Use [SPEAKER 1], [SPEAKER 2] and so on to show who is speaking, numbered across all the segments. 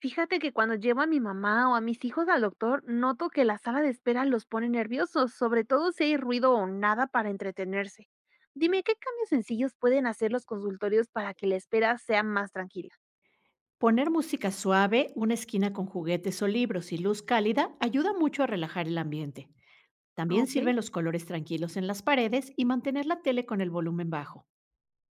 [SPEAKER 1] Fíjate que cuando llevo a mi mamá o a mis hijos al doctor, noto que la sala de espera los pone nerviosos, sobre todo si hay ruido o nada para entretenerse. Dime, ¿qué cambios sencillos pueden hacer los consultorios para que la espera sea más tranquila?
[SPEAKER 2] Poner música suave, una esquina con juguetes o libros y luz cálida ayuda mucho a relajar el ambiente. También
[SPEAKER 1] Ok.
[SPEAKER 2] sirven los colores tranquilos en las paredes y mantener la tele con el volumen bajo.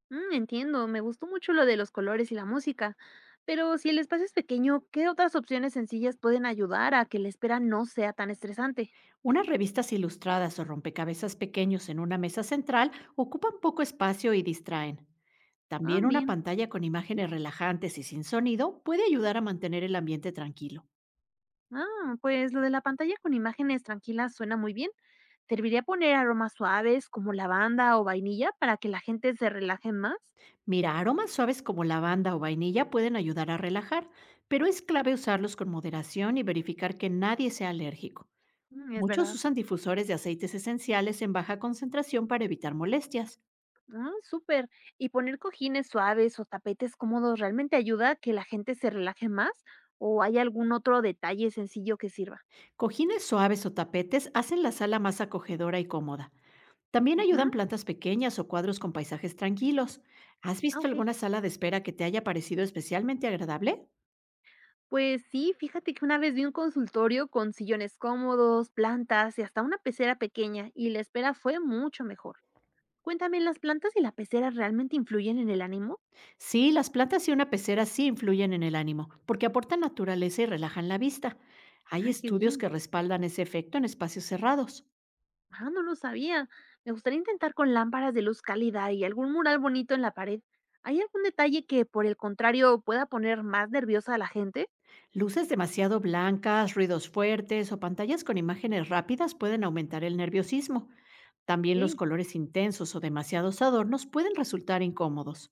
[SPEAKER 1] Entiendo, me gustó mucho lo de los colores y la música, pero si el espacio es pequeño, ¿qué otras opciones sencillas pueden ayudar a que la espera no sea tan estresante?
[SPEAKER 2] Unas revistas ilustradas o rompecabezas pequeños en una mesa central ocupan poco espacio y distraen.
[SPEAKER 1] Ah,
[SPEAKER 2] También una
[SPEAKER 1] bien.
[SPEAKER 2] pantalla con imágenes relajantes y sin sonido puede ayudar a mantener el ambiente tranquilo.
[SPEAKER 1] Ah, pues lo de la pantalla con imágenes tranquilas suena muy bien. ¿Serviría poner aromas suaves como lavanda o vainilla para que la gente se relaje más?
[SPEAKER 2] Mira, aromas suaves como lavanda o vainilla pueden ayudar a relajar, pero es clave usarlos con moderación y verificar que nadie sea alérgico.
[SPEAKER 1] Mm, es
[SPEAKER 2] Muchos
[SPEAKER 1] verdad.
[SPEAKER 2] usan difusores de aceites esenciales en baja concentración para evitar molestias.
[SPEAKER 1] Ah, súper. ¿Y poner cojines suaves o tapetes cómodos realmente ayuda a que la gente se relaje más? ¿O hay algún otro detalle sencillo que sirva?
[SPEAKER 2] Cojines suaves o tapetes hacen la sala más acogedora y cómoda. También
[SPEAKER 1] Ujú.
[SPEAKER 2] ayudan plantas pequeñas o cuadros con paisajes tranquilos. ¿Has
[SPEAKER 1] Ah,
[SPEAKER 2] visto
[SPEAKER 1] ok.
[SPEAKER 2] alguna sala de espera que te haya parecido especialmente agradable?
[SPEAKER 1] Pues sí, fíjate que una vez vi un consultorio con sillones cómodos, plantas y hasta una pecera pequeña y la espera fue mucho mejor. Cuéntame, ¿las plantas y la pecera realmente influyen en el ánimo?
[SPEAKER 2] Sí, las plantas y una pecera sí influyen en el ánimo, porque aportan naturaleza y relajan la vista. Hay
[SPEAKER 1] Ay, qué
[SPEAKER 2] estudios
[SPEAKER 1] bien.
[SPEAKER 2] que respaldan ese efecto en espacios cerrados.
[SPEAKER 1] Ah, no lo sabía. Me gustaría intentar con lámparas de luz cálida y algún mural bonito en la pared. ¿Hay algún detalle que, por el contrario, pueda poner más nerviosa a la gente?
[SPEAKER 2] Luces demasiado blancas, ruidos fuertes o pantallas con imágenes rápidas pueden aumentar el nerviosismo. También los
[SPEAKER 1] Ok,
[SPEAKER 2] colores intensos o demasiados adornos pueden resultar incómodos.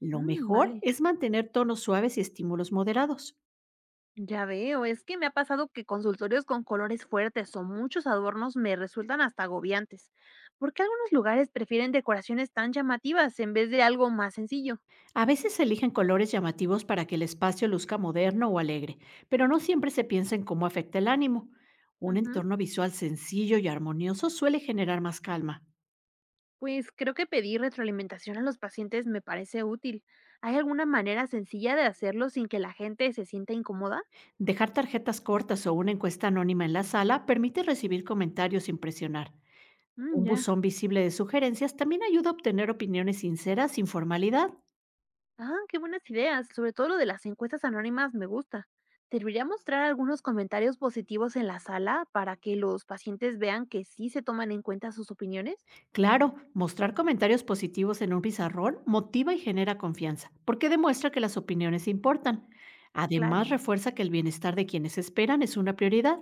[SPEAKER 2] Lo
[SPEAKER 1] mm,
[SPEAKER 2] mejor
[SPEAKER 1] vale.
[SPEAKER 2] es mantener tonos suaves y estímulos moderados.
[SPEAKER 1] Ya veo, es que me ha pasado que consultorios con colores fuertes o muchos adornos me resultan hasta agobiantes. ¿Por qué algunos lugares prefieren decoraciones tan llamativas en vez de algo más sencillo?
[SPEAKER 2] A veces se eligen colores llamativos para que el espacio luzca moderno o alegre, pero no siempre se piensa en cómo afecta el ánimo. Un
[SPEAKER 1] Ujú.
[SPEAKER 2] entorno visual sencillo y armonioso suele generar más calma.
[SPEAKER 1] Pues creo que pedir retroalimentación a los pacientes me parece útil. ¿Hay alguna manera sencilla de hacerlo sin que la gente se sienta incómoda?
[SPEAKER 2] Dejar tarjetas cortas o una encuesta anónima en la sala permite recibir comentarios sin presionar. Un
[SPEAKER 1] Mm, ya.
[SPEAKER 2] buzón visible de sugerencias también ayuda a obtener opiniones sinceras sin formalidad.
[SPEAKER 1] Ah, qué buenas ideas. Sobre todo lo de las encuestas anónimas me gusta. ¿Serviría mostrar algunos comentarios positivos en la sala para que los pacientes vean que sí se toman en cuenta sus opiniones?
[SPEAKER 2] Claro, mostrar comentarios positivos en un pizarrón motiva y genera confianza, porque demuestra que las opiniones importan.
[SPEAKER 1] Claro.
[SPEAKER 2] Además, refuerza que el bienestar de quienes esperan es una prioridad.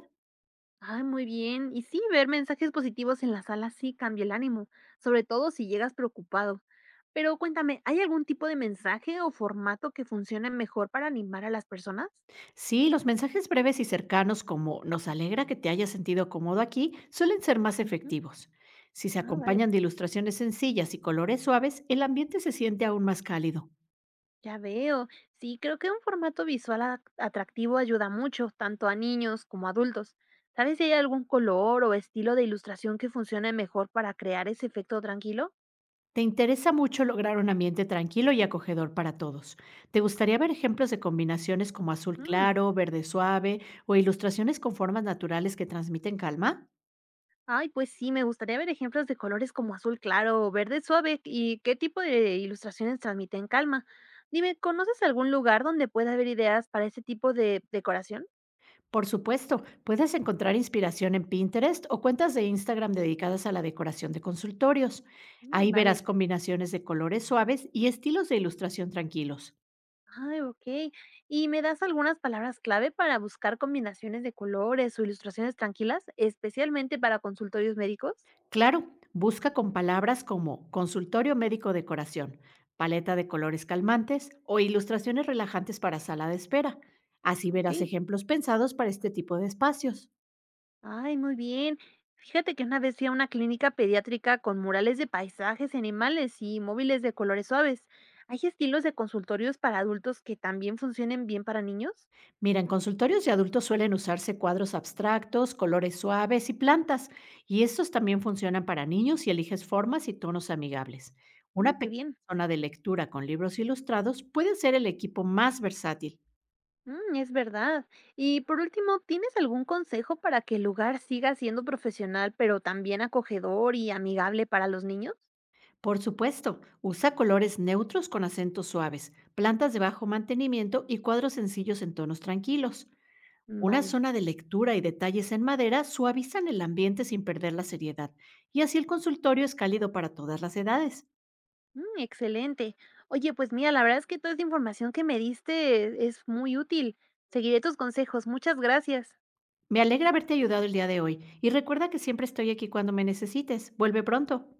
[SPEAKER 1] Ah, muy bien. Y sí, ver mensajes positivos en la sala sí cambia el ánimo, sobre todo si llegas preocupado. Pero cuéntame, ¿hay algún tipo de mensaje o formato que funcione mejor para animar a las personas?
[SPEAKER 2] Sí, los mensajes breves y cercanos como "nos alegra que te hayas sentido cómodo aquí" suelen ser más
[SPEAKER 1] Ujú.
[SPEAKER 2] efectivos. Si se
[SPEAKER 1] Ah, vale.
[SPEAKER 2] acompañan de ilustraciones sencillas y colores suaves, el ambiente se siente aún más cálido.
[SPEAKER 1] Ya veo. Sí, creo que un formato visual atractivo ayuda mucho, tanto a niños como a adultos. ¿Sabes si hay algún color o estilo de ilustración que funcione mejor para crear ese efecto tranquilo?
[SPEAKER 2] Te interesa mucho lograr un ambiente tranquilo y acogedor para todos. ¿Te gustaría ver ejemplos de combinaciones como azul claro, verde suave o ilustraciones con formas naturales que transmiten calma?
[SPEAKER 1] Ay, pues sí, me gustaría ver ejemplos de colores como azul claro o verde suave y qué tipo de ilustraciones transmiten calma. Dime, ¿conoces algún lugar donde pueda haber ideas para ese tipo de decoración?
[SPEAKER 2] Por supuesto, puedes encontrar inspiración en Pinterest o cuentas de Instagram dedicadas a la decoración de consultorios.
[SPEAKER 1] Mm,
[SPEAKER 2] Ahí
[SPEAKER 1] vale.
[SPEAKER 2] verás combinaciones de colores suaves y estilos de ilustración tranquilos.
[SPEAKER 1] Ay, ok. ¿Y me das algunas palabras clave para buscar combinaciones de colores o ilustraciones tranquilas, especialmente para consultorios médicos?
[SPEAKER 2] Claro, busca con palabras como "consultorio médico decoración", "paleta de colores calmantes" o "ilustraciones relajantes para sala de espera". Así
[SPEAKER 1] Ok.
[SPEAKER 2] verás ejemplos pensados para este tipo de espacios.
[SPEAKER 1] Ay, muy bien. Fíjate que una vez fui a una clínica pediátrica con murales de paisajes, animales y móviles de colores suaves. ¿Hay estilos de consultorios para adultos que también funcionen bien para niños?
[SPEAKER 2] Mira, en consultorios de adultos suelen usarse cuadros abstractos, colores suaves y plantas, y estos también funcionan para niños si eliges formas y tonos amigables.
[SPEAKER 1] Mm,
[SPEAKER 2] Una
[SPEAKER 1] qué
[SPEAKER 2] pequeña
[SPEAKER 1] bien.
[SPEAKER 2] zona de lectura con libros ilustrados puede ser el equipo más versátil.
[SPEAKER 1] Mm, es verdad. Y por último, ¿tienes algún consejo para que el lugar siga siendo profesional, pero también acogedor y amigable para los niños?
[SPEAKER 2] Por supuesto, usa colores neutros con acentos suaves, plantas de bajo mantenimiento y cuadros sencillos en tonos tranquilos.
[SPEAKER 1] Mm,
[SPEAKER 2] Una
[SPEAKER 1] vale.
[SPEAKER 2] zona de lectura y detalles en madera suavizan el ambiente sin perder la seriedad, y así el consultorio es cálido para todas las edades.
[SPEAKER 1] Mm, excelente. Oye, pues mira, la verdad es que toda esta información que me diste es muy útil. Seguiré tus consejos. Muchas gracias.
[SPEAKER 2] Me alegra haberte ayudado el día de hoy, y recuerda que siempre estoy aquí cuando me necesites. Vuelve pronto.